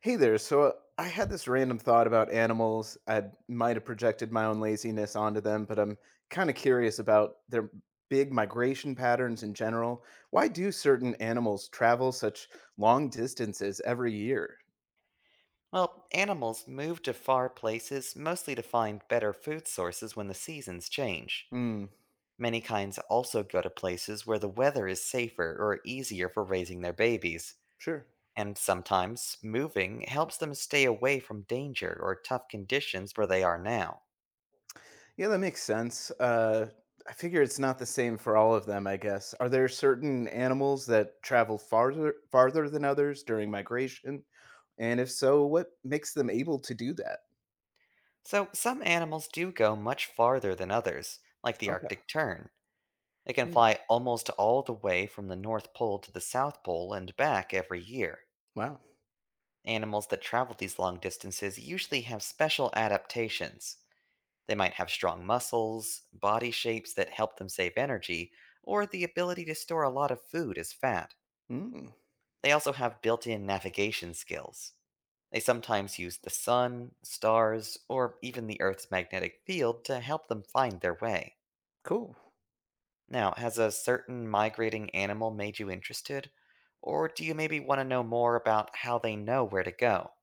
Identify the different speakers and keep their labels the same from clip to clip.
Speaker 1: Hey there. I had this random thought about animals. I might have projected my own laziness onto them, but I'm kind of curious about their big migration patterns in general. Why do certain animals travel such long distances every year?
Speaker 2: Well, animals move to far places mostly to find better food sources when the seasons change.
Speaker 1: Hmm,
Speaker 2: Many kinds also go to places where the weather is safer or easier for raising their babies,
Speaker 1: sure.
Speaker 2: and sometimes moving helps them stay away from danger or tough conditions where they are now.
Speaker 1: Yeah, that makes sense. I figure it's not the same for all of them, I guess. Are there certain animals that travel farther than others during migration? And if so, what makes them able to do that?
Speaker 2: So, some animals do go much farther than others, like the
Speaker 1: Okay.
Speaker 2: Arctic tern. It can
Speaker 1: Hmm.
Speaker 2: fly almost all the way from the North Pole to the South Pole and back every year.
Speaker 1: Wow.
Speaker 2: Animals that travel these long distances usually have special adaptations. They might have strong muscles, body shapes that help them save energy, or the ability to store a lot of food as fat.
Speaker 1: Mm,
Speaker 2: They also have built in navigation skills. They sometimes use the sun, stars, or even the Earth's magnetic field to help them find their way.
Speaker 1: cool.
Speaker 2: Now, has a certain migrating animal made you interested? Or do you maybe want to know more about how they know where to go?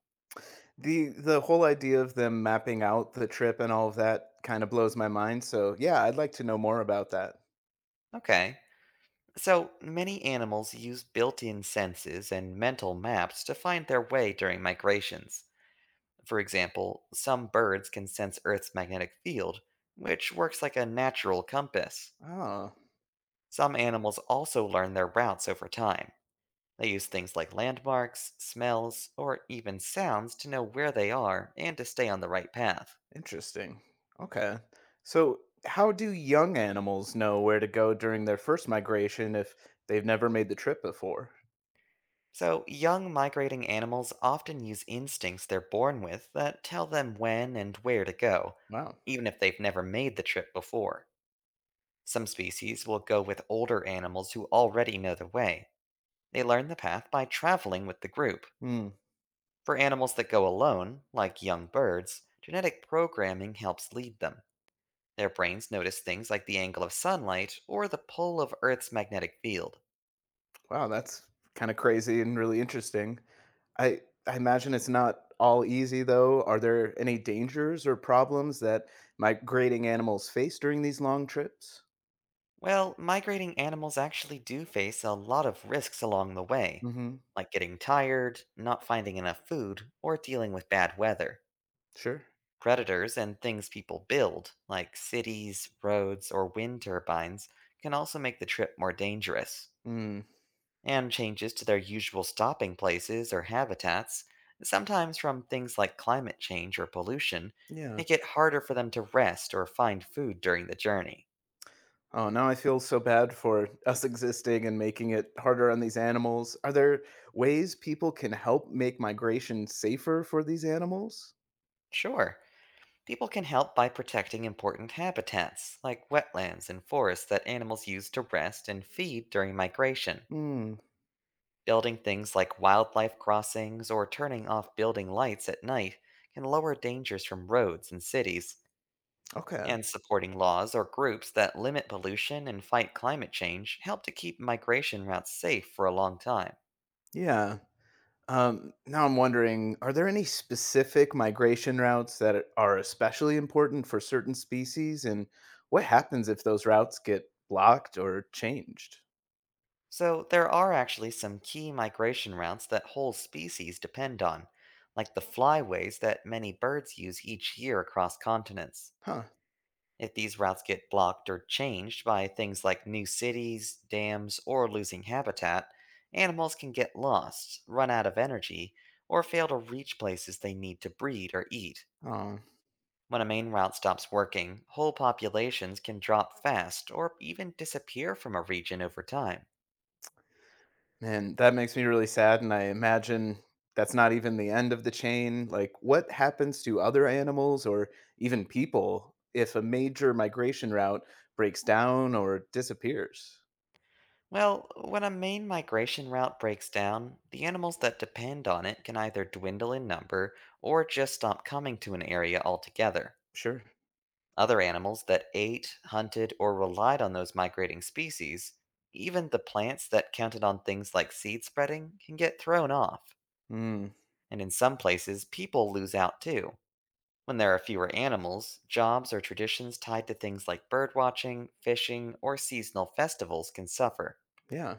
Speaker 1: The whole idea of them mapping out the trip and all of that kind of blows my mind. So yeah, I'd like to know more about that.
Speaker 2: Okay. So, many animals use built in senses and mental maps to find their way during migrations. For example, some birds can sense Earth's magnetic field, which works like a natural compass.
Speaker 1: Oh,
Speaker 2: Some animals also learn their routes over time. They use things like landmarks, smells, or even sounds to know where they are and to stay on the right path.
Speaker 1: interesting. Okay. So how do young animals know where to go during their first migration if they've never made the trip before?
Speaker 2: So, young migrating animals often use instincts they're born with that tell them when and where to go,
Speaker 1: Wow.
Speaker 2: even if they've never made the trip before. Some species will go with older animals who already know the way. They learn the path by traveling with the group.
Speaker 1: Hmm.
Speaker 2: For animals that go alone, like young birds, genetic programming helps lead them. Their brains notice things like the angle of sunlight or the pull of Earth's magnetic field.
Speaker 1: Wow, that's kind of crazy and really interesting. I imagine it's not all easy though. Are there any dangers or problems that migrating animals face during these long trips?
Speaker 2: Well, migrating animals actually do face a lot of risks along the way,
Speaker 1: Mm-hmm.
Speaker 2: like getting tired, not finding enough food, or dealing with bad weather.
Speaker 1: Sure.
Speaker 2: Predators and things people build, like cities, roads, or wind turbines, can also make the trip more dangerous.
Speaker 1: Mm,
Speaker 2: And changes to their usual stopping places or habitats, sometimes from things like climate change or pollution,
Speaker 1: yeah.
Speaker 2: make it harder for them to rest or find food during the journey.
Speaker 1: Oh, now I feel so bad for us existing and making it harder on these animals. Are there ways people can help make migration safer for these animals?
Speaker 2: Sure. People can help by protecting important habitats, like wetlands and forests that animals use to rest and feed during migration.
Speaker 1: Mm,
Speaker 2: Building things like wildlife crossings or turning off building lights at night can lower dangers from roads and cities.
Speaker 1: okay.
Speaker 2: And supporting laws or groups that limit pollution and fight climate change help to keep migration routes safe for a long time.
Speaker 1: Yeah. Now I'm wondering, are there any specific migration routes that are especially important for certain species? And what happens if those routes get blocked or changed?
Speaker 2: So, there are actually some key migration routes that whole species depend on, like the flyways that many birds use each year across continents.
Speaker 1: Huh.
Speaker 2: If these routes get blocked or changed by things like new cities, dams, or losing habitat, animals can get lost, run out of energy, or fail to reach places they need to breed or eat.
Speaker 1: Oh.
Speaker 2: When a main route stops working, whole populations can drop fast or even disappear from a region over time.
Speaker 1: Man, that makes me really sad, and I imagine that's not even the end of the chain. Like, what happens to other animals or even people if a major migration route breaks down or disappears?
Speaker 2: Well, when a main migration route breaks down, the animals that depend on it can either dwindle in number or just stop coming to an area altogether.
Speaker 1: Sure.
Speaker 2: Other animals that ate, hunted, or relied on those migrating species, even the plants that counted on things like seed spreading, can get thrown off.
Speaker 1: Mm,
Speaker 2: And in some places, people lose out too. When there are fewer animals, jobs or traditions tied to things like birdwatching, fishing, or seasonal festivals can suffer.
Speaker 1: yeah.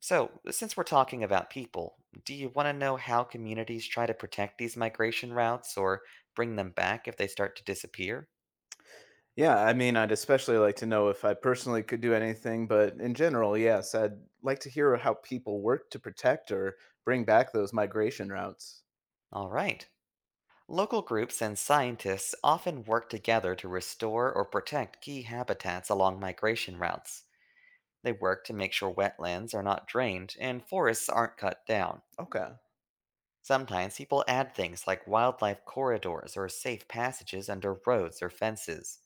Speaker 2: So, since we're talking about people, do you want to know how communities try to protect these migration routes or bring them back if they start to disappear?
Speaker 1: Yeah, I mean, I'd especially like to know if I personally could do anything, but in general, yes, I'd like to hear how people work to protect or bring back those migration routes.
Speaker 2: All right. Local groups and scientists often work together to restore or protect key habitats along migration routes. They work to make sure wetlands are not drained and forests aren't cut down.
Speaker 1: Okay.
Speaker 2: Sometimes people add things like wildlife corridors or safe passages under roads or fences.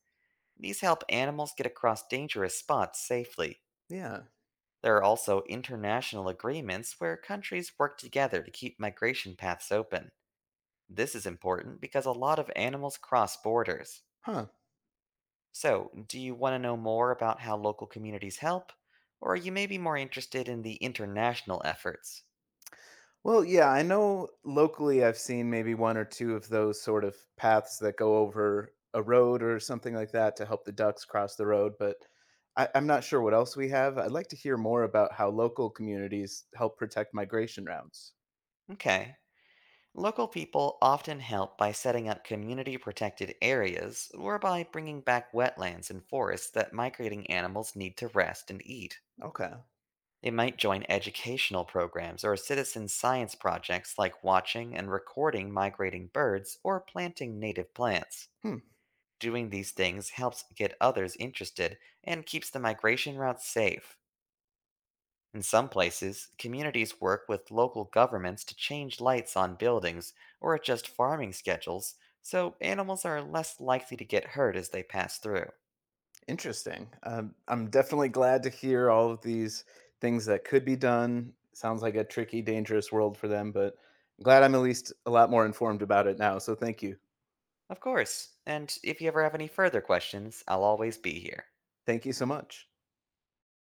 Speaker 2: These help animals get across dangerous spots safely.
Speaker 1: Yeah.
Speaker 2: There are also international agreements where countries work together to keep migration paths open. This is important because a lot of animals cross borders.
Speaker 1: Huh.
Speaker 2: So, do you want to know more about how local communities help? Or are you maybe more interested in the international efforts?
Speaker 1: Well, yeah, I know locally I've seen maybe 1 or 2 of those sort of paths that go over a road or something like that to help the ducks cross the road, but I'm not sure what else we have. I'd like to hear more about how local communities help protect migration routes.
Speaker 2: Okay. Local people often help by setting up community protected areas or by bringing back wetlands and forests that migrating animals need to rest and eat.
Speaker 1: Okay.
Speaker 2: They might join educational programs or citizen science projects like watching and recording migrating birds or planting native plants.
Speaker 1: Hmm,
Speaker 2: Doing these things helps get others interested and keeps the migration route safe. In some places, communities work with local governments to change lights on buildings or adjust farming schedules so animals are less likely to get hurt as they pass through.
Speaker 1: interesting. I'm definitely glad to hear all of these things that could be done. Sounds like a tricky, dangerous world for them, but glad I'm at least a lot more informed about it now, so thank you.
Speaker 2: Of course, and if you ever have any further questions, I'll always be here.
Speaker 1: Thank you so much.